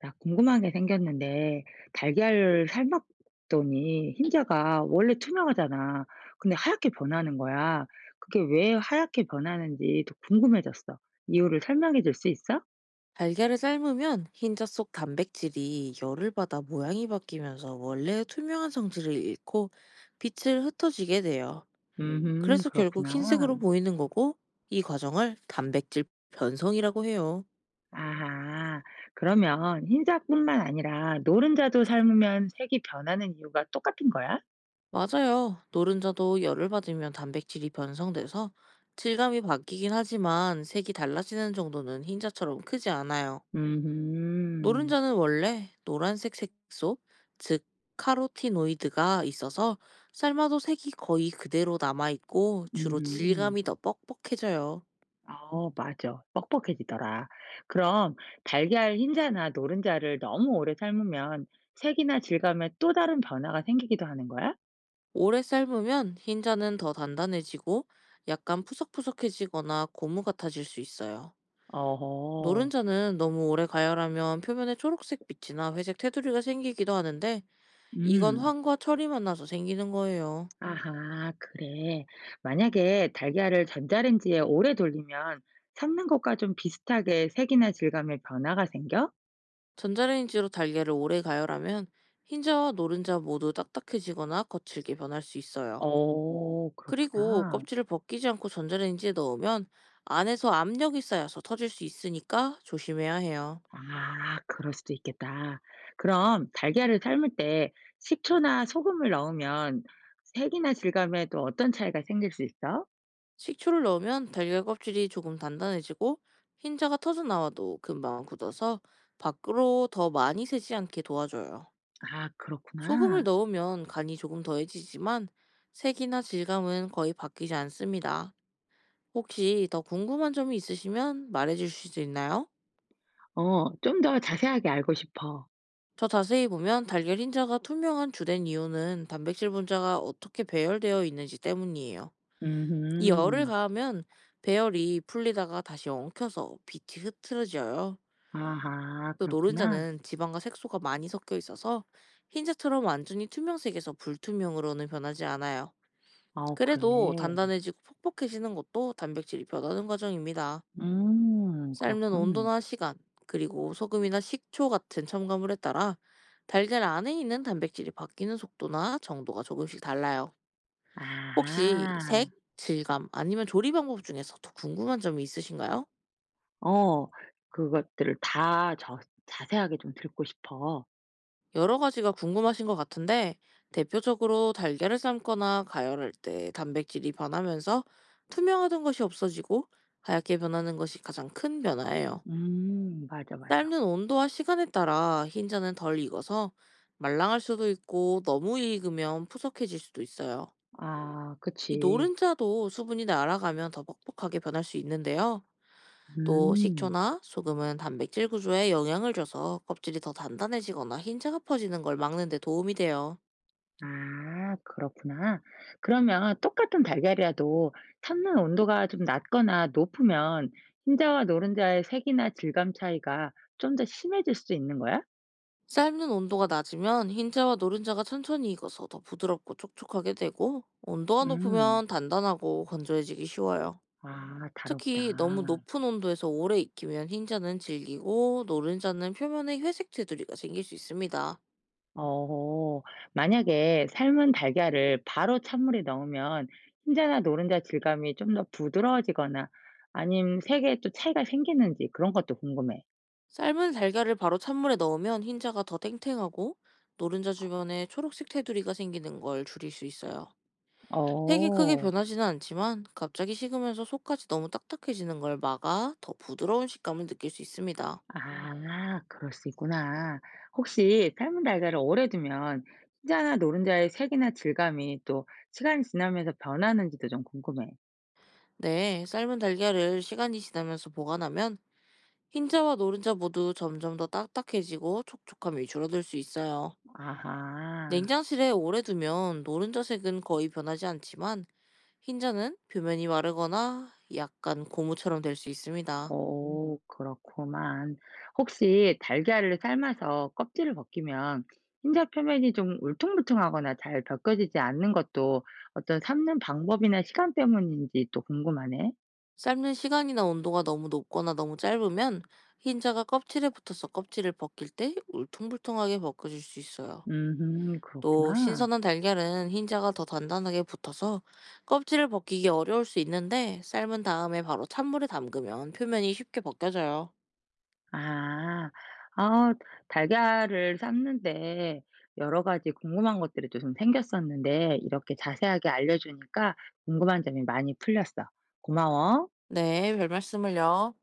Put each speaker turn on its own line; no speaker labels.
나 궁금한 게 생겼는데, 달걀을 삶았더니 흰자가 원래 투명하잖아. 근데 하얗게 변하는 거야. 그게 왜 하얗게 변하는지 더 궁금해졌어. 이유를 설명해 줄 수 있어?
달걀을 삶으면 흰자 속 단백질이 열을 받아 모양이 바뀌면서 원래의 투명한 성질을 잃고 빛을 흩어지게 돼요. 그래서 결국
그렇구나.
흰색으로
음.
보이는 거고, 이 과정을 단백질 변성이라고 해요.
아하. 그러면 흰자뿐만 아니라 노른자도 삶으면 색이 변하는 이유가 똑같은 거야?
맞아요. 노른자도 열을 받으면 단백질이 변성돼서 질감이 바뀌긴 하지만, 색이 달라지는 정도는 흰자처럼 크지 않아요.
음,
노른자는 원래 노란색 색소, 즉 카로티노이드가 있어서 삶아도 색이 거의 그대로 남아있고 주로
음.
질감이 더 뻑뻑해져요.
어 맞아. 뻑뻑해지더라. 그럼 달걀 흰자나 노른자를 너무 오래 삶으면 색이나 질감에 또 다른 변화가 생기기도 하는 거야?
오래 삶으면 흰자는 더 단단해지고 약간 푸석푸석해지거나 고무 같아질 수 있어요.
어허.
노른자는 너무 오래 가열하면 표면에 초록색 빛이나 회색 테두리가 생기기도 하는데, 이건
음.
황과 철이 만나서 생기는 거예요.
아하, 그래. 만약에 달걀을 전자레인지에 오래 돌리면 삶는 것과 좀 비슷하게 색이나 질감에 변화가 생겨?
전자레인지로 달걀을 오래 가열하면 흰자와 노른자 모두 딱딱해지거나 거칠게 변할 수 있어요.
어,
그리고
그렇구나.
껍질을 벗기지 않고 전자레인지에 넣으면 안에서 압력이 쌓여서 터질 수 있으니까 조심해야 해요.
아 그럴 수도 있겠다. 그럼 달걀을 삶을 때 식초나 소금을 넣으면 색이나 질감에도 어떤 차이가 생길 수 있어?
식초를 넣으면 달걀 껍질이 조금 단단해지고, 흰자가 터져 나와도 금방 굳어서 밖으로 더 많이 새지 않게 도와줘요.
아
소금을
그렇구나.
넣으면 간이 조금 더해지지만 색이나 질감은 거의 바뀌지 않습니다. 혹시 더 궁금한 점이 있으시면 말해줄 수 있나요?
어 좀 더 자세하게 알고 싶어.
저, 자세히 보면 달걀 흰자가 투명한 주된 이유는 단백질 분자가 어떻게 배열되어 있는지 때문이에요. 이 열을
음
가하면 배열이 풀리다가 다시 엉켜서 빛이 흐트러져요.
아하
또
그렇구나.
노른자는 지방과 색소가 많이 섞여 있어서 흰자처럼 완전히 투명색에서 불투명으로는 변하지 않아요.
어 그래.
그래도 단단해지고 퍽퍽해지는 것도 단백질이 변하는 과정입니다. 삶는
그렇군.
온도나 시간, 그리고 소금이나 식초 같은 첨가물에 따라 달걀 안에 있는 단백질이 바뀌는 속도나 정도가 조금씩 달라요. 혹시
아하.
색, 질감, 아니면 조리 방법 중에서 더 궁금한 점이 있으신가요?
어 그것들을 다 자세하게 좀 듣고 싶어.
여러 가지가 궁금하신 것 같은데, 대표적으로 달걀을 삶거나 가열할 때 단백질이 변하면서 투명하던 것이 없어지고 하얗게 변하는 것이 가장 큰 변화예요.
음. 맞아, 맞아.
삶는 온도와 시간에 따라 흰자는 덜 익어서 말랑할 수도 있고, 너무 익으면 푸석해질 수도 있어요.
아
이
그치.
노른자도 수분이 날아가면 더 뻑뻑하게 변할 수 있는데요. 또
음.
식초나 소금은 단백질 구조에 영향을 줘서 껍질이 더 단단해지거나 흰자가 퍼지는 걸 막는 데 도움이 돼요.
아 그렇구나. 그러면 똑같은 달걀이라도 삶는 온도가 좀 낮거나 높으면 흰자와 노른자의 색이나 질감 차이가 좀 더 심해질 수도 있는 거야?
삶는 온도가 낮으면 흰자와 노른자가 천천히 익어서 더 부드럽고 촉촉하게 되고, 온도가
음.
높으면 단단하고 건조해지기 쉬워요.
아
특히 너무
다르구나.
높은 온도에서 오래 익히면 흰자는 질기고, 노른자는 표면에 회색 테두리가 생길 수 있습니다.
어. 만약에 삶은 달걀을 바로 찬물에 넣으면 흰자나 노른자 질감이 좀 더 부드러워지거나 아님 색에 또 차이가 생기는지 그런 것도 궁금해.
삶은 달걀을 바로 찬물에 넣으면 흰자가 더 탱탱하고, 노른자 주변에 초록색 테두리가 생기는 걸 줄일 수 있어요. 색이 크게
어.
변하지는 않지만 갑자기 식으면서 속까지 너무 딱딱해지는 걸 막아 더 부드러운 식감을 느낄 수 있습니다.
아 그럴 수 있구나. 혹시 삶은 달걀을 오래 두면 흰자나 노른자의 색이나 질감이 또 시간이 지나면서 변하는지도 좀 궁금해.
네, 삶은 달걀을 시간이 지나면서 보관하면 흰자와 노른자 모두 점점 더 딱딱해지고 촉촉함이 줄어들 수 있어요.
아하.
냉장실에 오래 두면 노른자색은 거의 변하지 않지만, 흰자는 표면이 마르거나 약간 고무처럼 될 수 있습니다.
오 그렇구만. 혹시 달걀을 삶아서 껍질을 벗기면 흰자 표면이 좀 울퉁불퉁하거나 잘 벗겨지지 않는 것도 어떤 삶는 방법이나 시간 때문인지 또 궁금하네.
삶는 시간이나 온도가 너무 높거나 너무 짧으면 흰자가 껍질에 붙어서 껍질을 벗길 때 울퉁불퉁하게 벗겨질 수 있어요. 또
그렇구나.
신선한 달걀은 흰자가 더 단단하게 붙어서 껍질을 벗기기 어려울 수 있는데, 삶은 다음에 바로 찬물에 담그면 표면이 쉽게 벗겨져요.
아. 아 달걀을 삶는데 여러 가지 궁금한 것들이 좀 생겼었는데 이렇게 자세하게 알려 주니까 궁금한 점이 많이 풀렸어. 고마워.
네, 별 말씀을요.